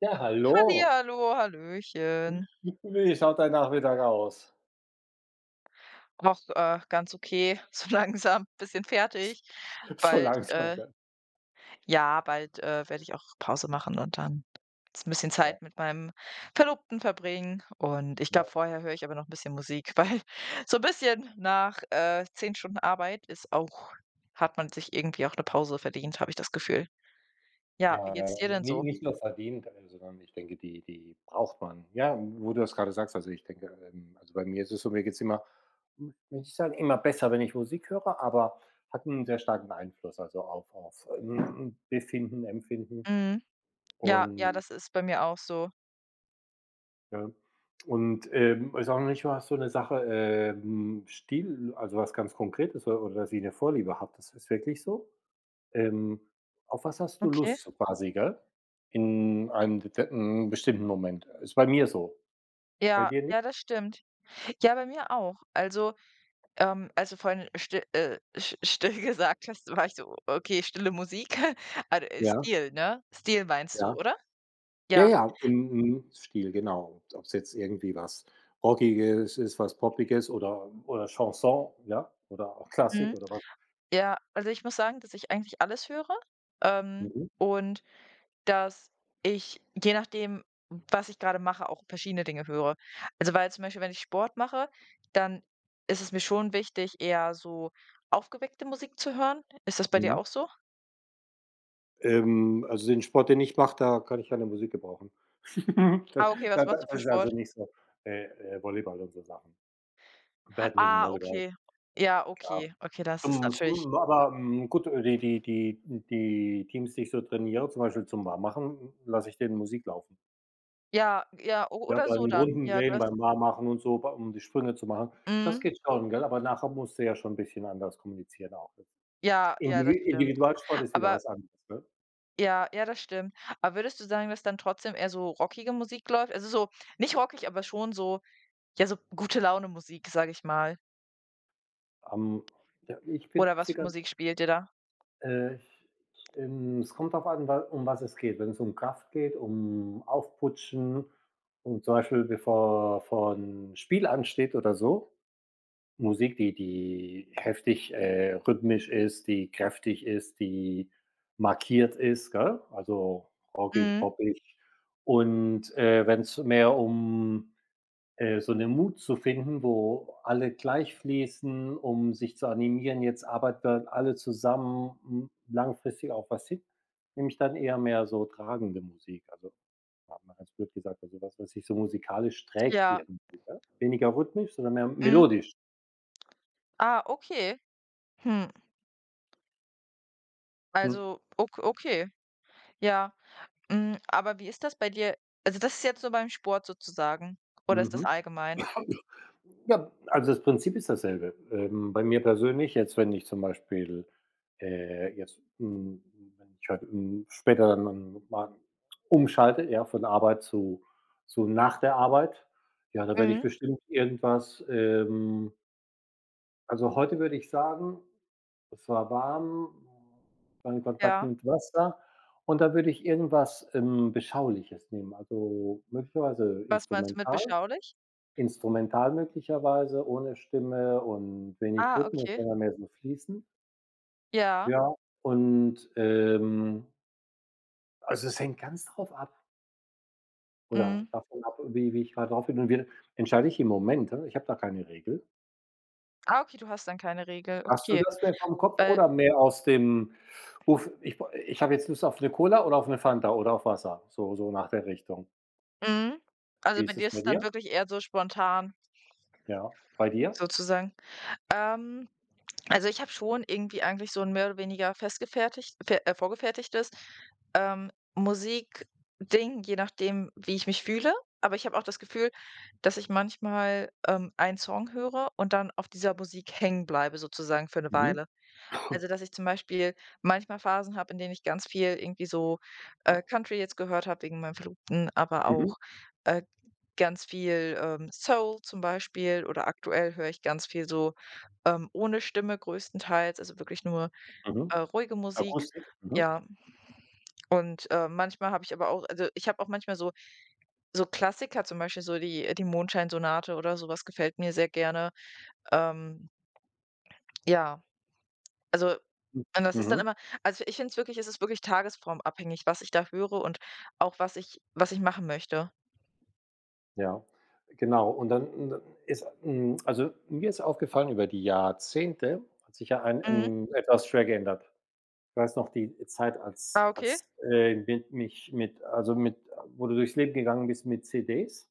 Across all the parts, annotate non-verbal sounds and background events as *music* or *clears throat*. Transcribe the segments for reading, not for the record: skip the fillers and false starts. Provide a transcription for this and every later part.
Ja, hallo. Hallihallo, hallöchen. Wie schaut dein Nachmittag aus? Auch, ganz okay, *laughs* so langsam, bisschen fertig. *laughs* So Bald, langsam, gell? ja, bald, werde ich auch Pause machen und dann jetzt 'n bisschen Ja, Zeit mit meinem Verlobten verbringen. Und ich glaube, vorher höre ich aber noch 'n bisschen Musik, *laughs* weil so ein bisschen nach, 10 Stunden Arbeit ist auch hat man sich irgendwie auch eine Pause verdient, habe ich das Gefühl. Ja, wie ja, ja, geht's dir ja. denn nicht so? nicht nur verdient, sondern ich denke, die braucht man. Ja, wo du das gerade sagst, also, ich denke, also, bei mir ist es so, mir geht's immer will nicht sagen, immer besser, wenn ich Musik höre, aber hat einen sehr starken Einfluss, also, auf Befinden, Empfinden Mhm. Ja, ja, und das ist bei mir auch so. ja. Und, ist auch nicht mal so eine Sache, Stil, also, was ganz Konkretes o oder dass ich eine Vorliebe habe. Das ist wirklich so. Ähm, auf was hast du Okay. Lust so quasi, gell? In einem bestimmten Moment. Ist bei mir so. Bei Ja, dir nicht? ja, das stimmt. Ja, bei mir auch. Also. Also vorhin still, sch still *laughs* gesagt hast, war ich so: „Okay, stille Musik." *laughs* Also, Ja, Stil, ne? Stil meinst du, ja. oder? Ja, Ja. ja, im Stil, genau. Ob's jetzt irgendwie was Rockiges ist, was Poppiges oder Chanson, ja, oder auch Klassik Mhm. oder was. Ja, also ich muss sagen, dass ich eigentlich alles höre, ähm, Mhm, und dass ich, je nachdem, was ich gerade mache, auch verschiedene Dinge höre. Also, weil zum Beispiel, wenn ich Sport mache, dann ist es mir schon wichtig, eher so aufgeweckte Musik zu hören. Ist das bei dir mhm. auch so? Also den Sport, den ich mache, da kann ich keine Musik gebrauchen. *laughs* Da Ah, okay, da, was machst du für das ist also Sport? nicht so, äh, Volleyball und so Sachen. Badminton, Ah, Volleyball, okay. Ja, klar. okay. Okay, das ist Zum natürlich. zum aber, gut, die Teams, die ich so trainiere, zum Beispiel zum Warmmachen, lasse ich denen Musik laufen. Ja, ja, o Ja, oder so beim dann. Runden Ja, drehen, das. beim Warmmachen und so, bei um die Sprünge zu machen. Das Mhm. geht schon, gell? Aber nachher musst du ja schon 'n bisschen anders kommunizieren auch. Ja, ja, das stimmt. Individualsport ist wieder Aber was anderes, ne? ja, ja, das stimmt. Aber würdest du sagen, dass dann trotzdem eher so rockige Musik läuft? Also, so nicht rockig, aber schon so, ja, so Gute-Laune-Musik, sage ich mal. Ähm, ja, ich bin Oder was für sicher, Musik spielt ihr da? äh, ich es kommt drauf an, wa um was es geht. Wenn es um Kraft geht, um Aufputschen und zum Beispiel bevor vor 'n Spiel ansteht oder so, Musik, die heftig, rhythmisch ist, die kräftig ist, die markiert ist, gell? Also, rockig, Mhm. poppig. Und, wenn es mehr um, so 'ne Mut zu finden, wo alle gleich fließen, um sich zu animieren, jetzt arbeiten wir alle zusammen, langfristig auf was hin, nehme ich dann eher mehr so tragende Musik. Also, mal ganz blöd gesagt, also was, sich so musikalisch trägt Ja. irgendwie, ja? Weniger rhythmisch, sondern mehr Mhm. melodisch. Ah, okay. Hm. Mhm. Also, okay. Ja. Hm, aber wie ist das bei dir? Also, das ist jetzt nur beim Sport sozusagen oder ist das Mhm. allgemein? Ja, also das Prinzip ist dasselbe. Bei mir persönlich, jetzt wenn ich zum Beispiel, äh, jetzt, hm, wenn ich halt, später dann mal umschalte, ja, von Arbeit zu nach der Arbeit, ja, da werde ich Mhm. bestimmt irgendwas. Also, heute würde ich sagen, es war warm, mein Kontakt Ja. mit Wasser, und da würde ich irgendwas, Beschauliches nehmen, also möglicherweise Was meinst du mit instrumental. beschaulich? Instrumental möglicherweise, ohne Stimme und wenig Ah, Rhythmus, okay. sondern mehr so fließend, Ja. ja. Und, also es hängt ganz drauf ab oder Mhm. davon ab, wie ich grad drauf bin, und wie entscheide ich im Moment, ne? Ich habe da keine Regel. Ah, okay, du hast dann keine Regel. Hast du Okay, das mehr vom Kopf weil. oder mehr aus dem: „Uff, ich habe jetzt Lust auf 'ne Cola oder auf 'ne Fanta oder auf Wasser", so nach der Richtung. Mhm. Also, Wie bei ist dir es ist bei es dann dir? wirklich eher so spontan Ja. Bei dir? sozusagen. Ähm, also, ich habe schon irgendwie eigentlich so ein mehr oder weniger festgefertigt fe vorgefertigtes, Musikding, je nachdem, wie ich mich fühle. Aber ich habe auch das Gefühl, dass ich manchmal, einen Song höre und dann auf dieser Musik hängen bleibe sozusagen für eine Mhm, Weile. Also, dass ich zum Beispiel manchmal Phasen habe, in denen ich ganz viel irgendwie so, Country jetzt gehört habe wegen meinem Verlobten, aber mhm, auch, äh, ganz viel, Soul zum Beispiel, oder aktuell höre ich ganz viel so, ohne Stimme größtenteils, also wirklich nur, mhm. Ruhige Musik, Akustik, mhm, ja. Und, manchmal habe ich aber auch, also, ich habe auch manchmal so Klassiker, zum Beispiel so die Mondscheinsonate, oder sowas gefällt mir sehr gerne. Ähm, ja, also. mhm, Und das ist dann mhm. immer, also, ich finde es wirklich es ist wirklich tagesformabhängig, was ich da höre und auch was ich, machen möchte. Ja, genau. Und dann ist also, mir ist aufgefallen, über die Jahrzehnte hat sich ja ein Mhm. Etwas schwer geändert. Ich weiß noch die Zeit, als Ah, okay. als, mit mich mit also, mit wo du durchs Leben gegangen bist, mit CDs,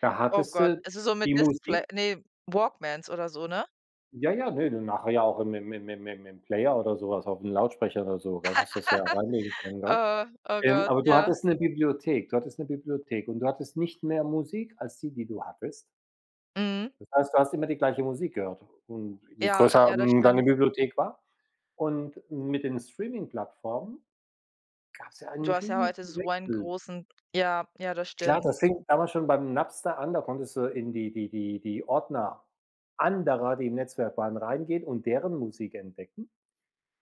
da Oh hattest Gott. du Also, so mit die Display, Musik, nee, Walkmans oder so, ne? ja, ja, ne, du nachher ja auch im Player oder sowas, auf 'n Lautsprecher oder so, gell, hast das ja reinlegen können, gell? Oh, oh Ähm, Gott, aber du ja. hattest eine Bibliothek, und du hattest nicht mehr Musik als die, die du hattest. Mhm. Das heißt, du hast immer die gleiche Musik gehört. Und je Ja, größer, ja, das deine stimmt. Bibliothek war, und mit den Streaming-Plattformen gab's ja einen Du hast ja heute riesen so einen Wechsel. großen. Ja, ja, das Klar, stimmt. das fing damals schon beim Napster an, da konntest du in die Ordner anderer, die im Netzwerk waren, reingehen und deren Musik entdecken.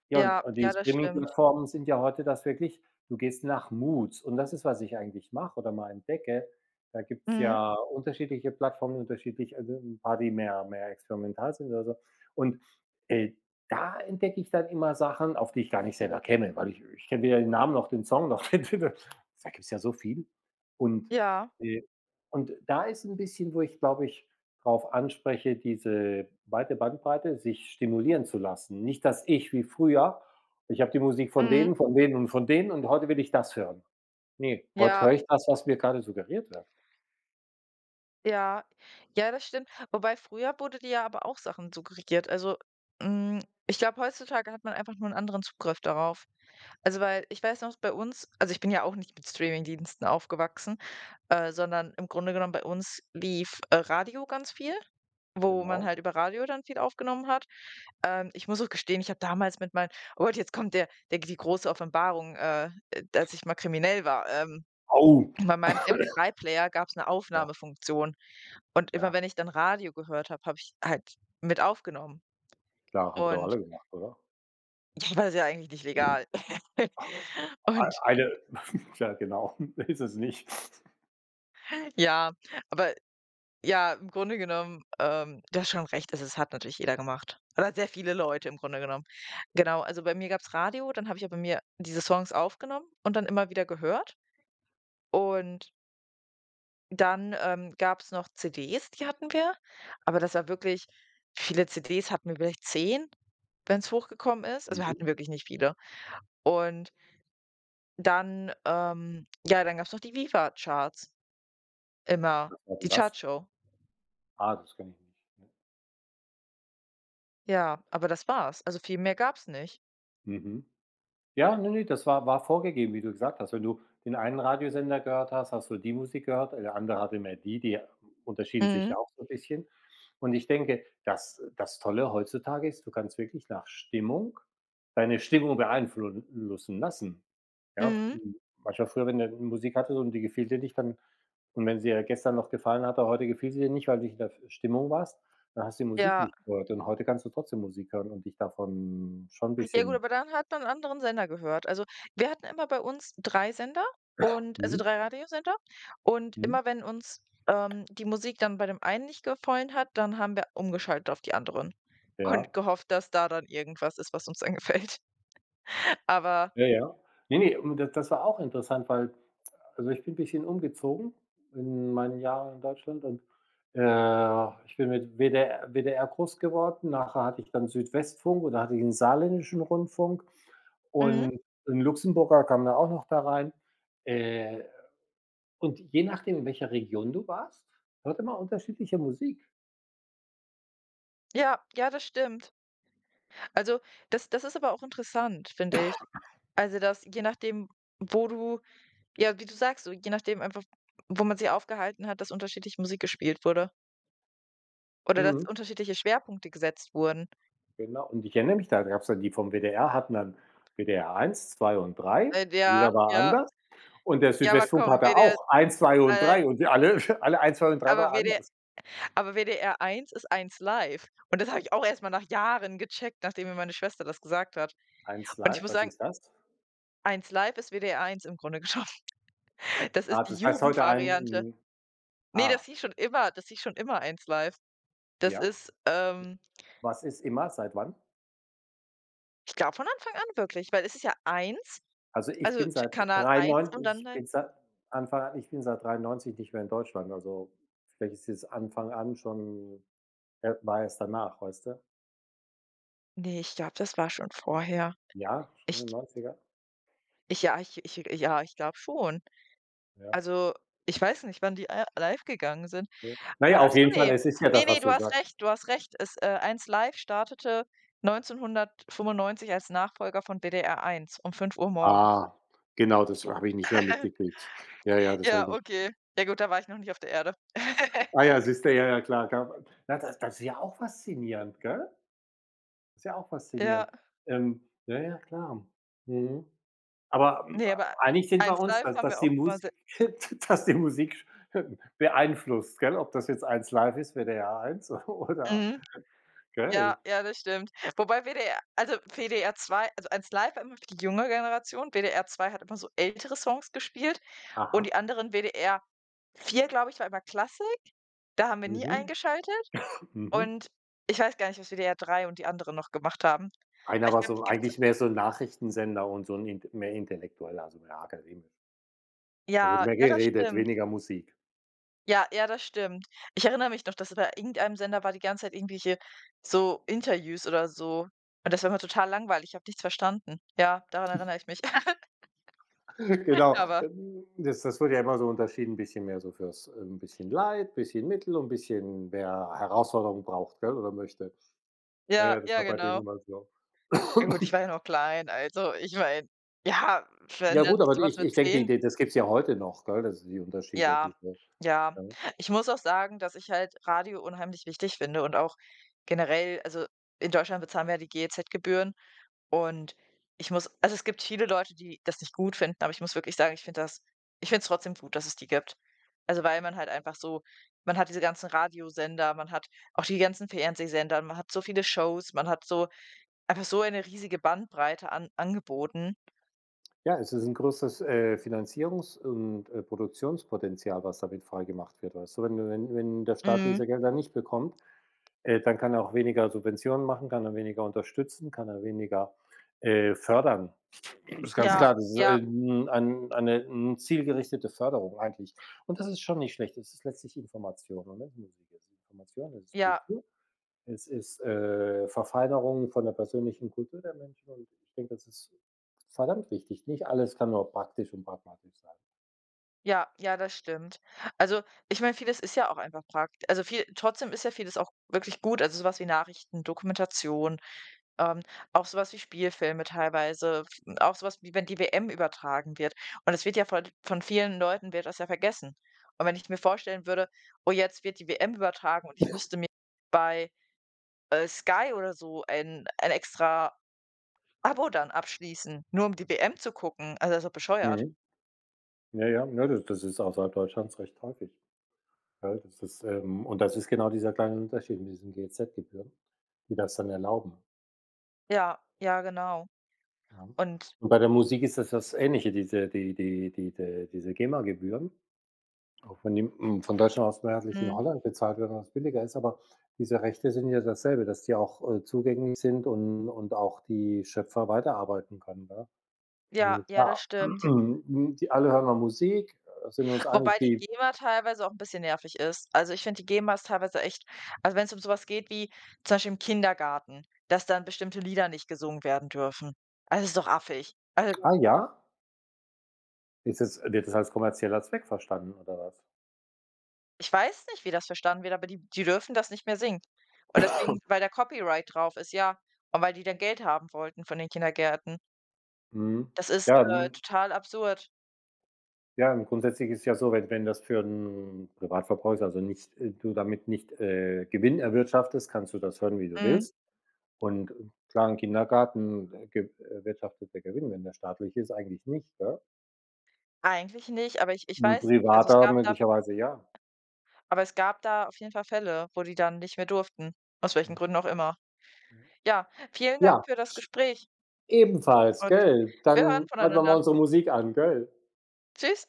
Ja, und Ja, und die ja, das stimmt. Streaming-Plattformen sind ja heute das wirklich, du gehst nach Moods, und das ist, was ich eigentlich mache oder mal entdecke. Da gibt's Mhm. ja unterschiedliche Plattformen, unterschiedlich, also ein paar, die mehr experimental sind oder so. Und, äh, da entdecke ich dann immer Sachen, auf die ich gar nicht selber käme, weil ich kenne weder den Namen noch den Song noch *laughs* den Titel. Da gibt's ja so viel. Und, Ja. äh und da ist ein bisschen, wo ich, glaube ich, drauf anspreche, diese weite Bandbreite, sich stimulieren zu lassen. Nicht, dass ich wie früher, ich habe die Musik Mhm. Von denen und von denen, und heute will ich das hören. Ne, heute Ja. höre ich das, was mir gerade suggeriert wird. Ja, ja, das stimmt. Wobei früher wurde dir ja aber auch Sachen suggeriert. Also, ich glaube, heutzutage hat man einfach nur einen anderen Zugriff darauf. Also, weil ich weiß noch bei uns, also, ich bin ja auch nicht mit Streamingdiensten aufgewachsen, sondern im Grunde genommen bei uns lief, Radio ganz viel, wo man Genau. halt über Radio dann viel aufgenommen hat. Ich muss auch gestehen, ich habe damals mit meinen, oh Gott, jetzt kommt der der die große Offenbarung, dass ich mal kriminell war. Au! Bei meinem MP3-Player gab es eine Ja, Aufnahmefunktion. Und immer ja, wenn ich dann Radio gehört habe, habe ich halt mit aufgenommen. klar, haben wir doch Und alle gemacht, oder? *laughs* ja, war das ja eigentlich nicht legal. *laughs* Ei Und eine *laughs* ja genau, ist es nicht. ja, aber ja, im Grunde genommen, du hast schon recht, also, es hat natürlich jeder gemacht. Oder sehr viele Leute im Grunde genommen. Genau, also, bei mir gab's Radio, dann habe ich aber mir diese Songs aufgenommen und dann immer wieder gehört. Und dann, gab's noch CDs, die hatten wir, aber das war wirklich viele CDs hatten wir, vielleicht 10, wenn es hochgekommen ist. Also, wir Mhm. hatten wirklich nicht viele. Und dann, ja, dann gab es noch die Viva-Charts immer, Was war denn die das? Chartshow. Ah, das kann ich nicht. Ja, aber das war's. Also, viel mehr gab's nicht. Mhm. Ja, ne, ne, das war vorgegeben, wie du gesagt hast. Wenn du den einen Radiosender gehört hast, hast du die Musik gehört, der andere hatte mehr die, die unterschieden sich ja Mhm, auch so 'n bisschen. Und ich denke, dass das Tolle heutzutage ist, du kannst wirklich nach Stimmung deine Stimmung beeinflussen lassen, ja? mhm. Manchmal früher, wenn du Musik hattest und die gefiel dir nicht, dann, und wenn sie dir gestern noch gefallen hatte, heute gefiel sie dir nicht, weil du nicht in der Stimmung warst, dann hast du die Musik Ja. nicht gehört, und heute kannst du trotzdem Musik hören und dich davon schon ein Ja gut, bisschen, aber dann hat man 'n anderen Sender gehört. Also, wir hatten immer bei uns 3 Sender und, also, mhm, 3 Radiosender, und mhm. immer wenn uns, die Musik dann bei dem einen nicht gefallen hat, dann haben wir umgeschaltet auf die anderen Ja, und gehofft, dass da dann irgendwas ist, was uns dann gefällt. *laughs* Aber. ja, ja. Ne, ne, und das war auch interessant, weil also, ich bin ein bisschen umgezogen in meinen Jahren in Deutschland, und, ich bin mit WDR groß geworden. Nachher hatte ich dann Südwestfunk, und da hatte ich den saarländischen Rundfunk, Mhm, und 'n Luxemburger kam da auch noch da rein. Äh, und je nachdem, in welcher Region du warst, hörte man unterschiedliche Musik. ja, ja, das stimmt. Also, das ist aber auch interessant, finde ich. Also, dass je nachdem, wo du, ja, wie du sagst, so je nachdem einfach, wo man sich aufgehalten hat, dass unterschiedlich Musik gespielt wurde oder dass Mhm, unterschiedliche Schwerpunkte gesetzt wurden. genau. Und ich erinnere mich, da gab's dann, die vom WDR hatten dann WDR eins, 2 und drei. Jeder Ja, war ja, anders. Und der ja, aber Südwestfunk komm, hatte WDR, auch eins, 2 nein, und nein, 3, und die alle *laughs* alle eins, 2 und 3 aber war WD anders. aber WDR eins ist eins live, und das habe ich auch erstmal nach Jahren gecheckt, nachdem mir meine Schwester das gesagt hat. Eins Und ich live, muss was sagen, ist das? eins live ist WDR eins im Grunde genommen. *laughs* Das Ah, ist die das heißt heute ein, Jugendvariante. Nee, ah, das hieß schon immer eins live. Das ja. ist, Was ist immer? Seit wann? ich glaube von Anfang an wirklich, weil es ist ja eins, Also, ich also bin Ch seit Kanal eins und 93, dann ich halt, bin seit Anfang an, ich bin seit 93 nicht mehr in Deutschland, also vielleicht ist dieses Anfang an schon, war erst danach, weißt du? ne, ich glaube, das war schon vorher. Ja, schon in Ich den 90er. ich ja, ich ich ja, ich glaube schon. Ja, Also, ich weiß nicht, wann die a live gegangen sind. ja. Na ja, Ach auf so, jeden Fall, ne. es ist ja Ne, das, ne, was du du hast sagst. recht, du hast recht. Es, 1 Live startete 1995 als Nachfolger von WDR eins um 5 Uhr morgens. Ah, genau, das habe ich nicht mehr *laughs* mitgekriegt. Ja, ja, das habe Ja, ich nicht. okay. Ja gut, da war ich noch nicht auf der Erde. Ah ja, siehste, ja, ja, klar, klar. Na, das ist ja auch faszinierend, gell? Ist ja auch Ja. faszinierend. *laughs* Ja, ja, klar. Mhm. Aber, Ne, aber einig sind wir eins uns, Live dass haben wir die auch immer se Musik *laughs* dass die Musik beeinflusst, gell? Ob das jetzt eins live ist, WDR eins, *laughs* oder, Mhm. Ja, gell? ja, das stimmt. Wobei WDR, also WDR zwei, also eins Live war immer für die junge Generation, WDR zwei hat immer so ältere Songs gespielt, und die Aha, anderen WDR vier, glaube ich, war immer Klassik, da haben wir nie mhm, eingeschaltet, mhm. und ich weiß gar nicht, was WDR 3 und die anderen noch gemacht haben. Einer Aber ich war glaube, die so, gibt's. eigentlich mehr so ein Nachrichtensender und so ein int, mehr Intellektueller, also mehr akademisch. Da wurde Ja, mehr ja, das geredet, stimmt. weniger Musik. Ja, ja, das stimmt. Ich erinnere mich noch, dass bei irgendeinem Sender war die ganze Zeit irgendwelche so Interviews oder so, und das war immer total langweilig, ich habe nichts verstanden. Ja, daran erinnere ich mich. *laughs* *laughs* Genau. Aber Das wird ja immer so unterschieden, ein bisschen mehr so fürs, ein bisschen Light, bisschen Mittel, und ein bisschen, wer Herausforderung braucht, gell, oder möchte. Ja, ja, ja, das ja, war bei denen genau. immer so. *clears throat* Ja gut, ich war ja *coughs* noch klein, also ich meine, ja, wenn Ja dann gut, aber so was ich mit ich denke, die 10, die das gibt's ja heute noch, gell, das sind die Unterschiede, diese, ja, gell? ja. Ja, Ich muss auch sagen, dass ich halt Radio unheimlich wichtig finde und auch generell, also, in Deutschland bezahlen wir ja die GEZ-Gebühren, und ich muss, also, es gibt viele Leute, die das nicht gut finden, aber ich muss wirklich sagen, ich finde es trotzdem gut, dass es die gibt. Also, weil man halt einfach so, man hat diese ganzen Radiosender, man hat auch die ganzen Fernsehsender, man hat so viele Shows, man hat so einfach so eine riesige Bandbreite an Angeboten. ja, es ist ein größeres, Finanzierungs und, Produktionspotenzial, was damit freigemacht wird, weißt du? Wenn der Staat Mhm. diese Gelder nicht bekommt, dann kann er auch weniger Subventionen machen, kann er weniger unterstützen, kann er weniger, fördern. Das ist ganz Ja, klar, das ist ja, ein eine 'n zielgerichtete Förderung eigentlich. Und das ist schon nicht schlecht. Es ist letztlich Information, und nicht Musik. Es ist Information, es ist ja, Kultur, es ist, Verfeinerung von der persönlichen Kultur der Menschen, und ich denke, das ist verdammt wichtig. Nicht alles kann nur praktisch und pragmatisch sein. ja, ja, das stimmt. Also, ich meine, vieles ist ja auch einfach praktisch. Also, viel trotzdem ist ja vieles auch wirklich gut, also, sowas wie Nachrichten, Dokumentation, ähm, auch sowas wie Spielfilme teilweise, f auch sowas wie wenn die WM übertragen wird. Und es wird ja von vielen Leuten wird das ja vergessen. Und wenn ich mir vorstellen würde: „Oh, jetzt wird die WM übertragen und ich müsste mir bei, Sky oder so ein, extra Abo dann abschließen, nur um die WM zu gucken." Also, das ist doch bescheuert. Mhm. Ja, ja, ne, das ist außerhalb Deutschlands recht häufig. Ja, das ist, und das ist genau dieser kleine Unterschied mit diesen GEZ-Gebühren, die das dann erlauben. Ja, ja, genau. Mhm. Und Und bei der Musik ist das Ähnliche, diese GEMA-Gebühren, auch wenn die, von Deutschland aus mehrheitlich in mhm, Holland bezahlt werden, was billiger ist, aber diese Rechte sind ja dasselbe, dass die auch, zugänglich sind, und auch die Schöpfer weiterarbeiten können, ne? ja, Und ja, das klar, stimmt. *clears throat* die alle hören mal Musik, sind uns eigentlich Wobei die die, GEMA teilweise auch ein bisschen nervig ist. Also, ich finde, die GEMA ist teilweise echt, also, wenn es um sowas geht wie zum Beispiel im Kindergarten, dass dann bestimmte Lieder nicht gesungen werden dürfen. Also, das ist doch affig. Also, ah ja? Ist das, wird das als kommerzieller Zweck verstanden oder was? ich weiß nicht, wie das verstanden wird, aber die dürfen das nicht mehr singen. Und deswegen, *clears throat* *coughs* weil da Copyright drauf ist, ja. Und weil die dann Geld haben wollten von den Kindergärten. Mhm. Das ist, Ja, hm. total absurd. Ja, und grundsätzlich ist es ja so, wenn das für 'n Privatverbrauch ist, also nicht, du damit nicht, Gewinn erwirtschaftest, kannst du das hören, wie du Mhm. willst. Und, klar, im Kindergarten, ge erwirtschaftet der Gewinn, wenn der staatlich ist, eigentlich nicht, gell? Eigentlich nicht, aber ich 'N weiß nicht. Also, es privater gab da. möglicherweise, ja. Aber es gab da auf jeden Fall Fälle, wo die dann nicht mehr durften, aus welchen Ja, Gründen auch immer. ja. Ja, vielen Dank Ja, für das Gespräch, ebenfalls, und gell? wir Dann hören schalten wir mal voneinander. unsere Musik an, gell? Tschüss.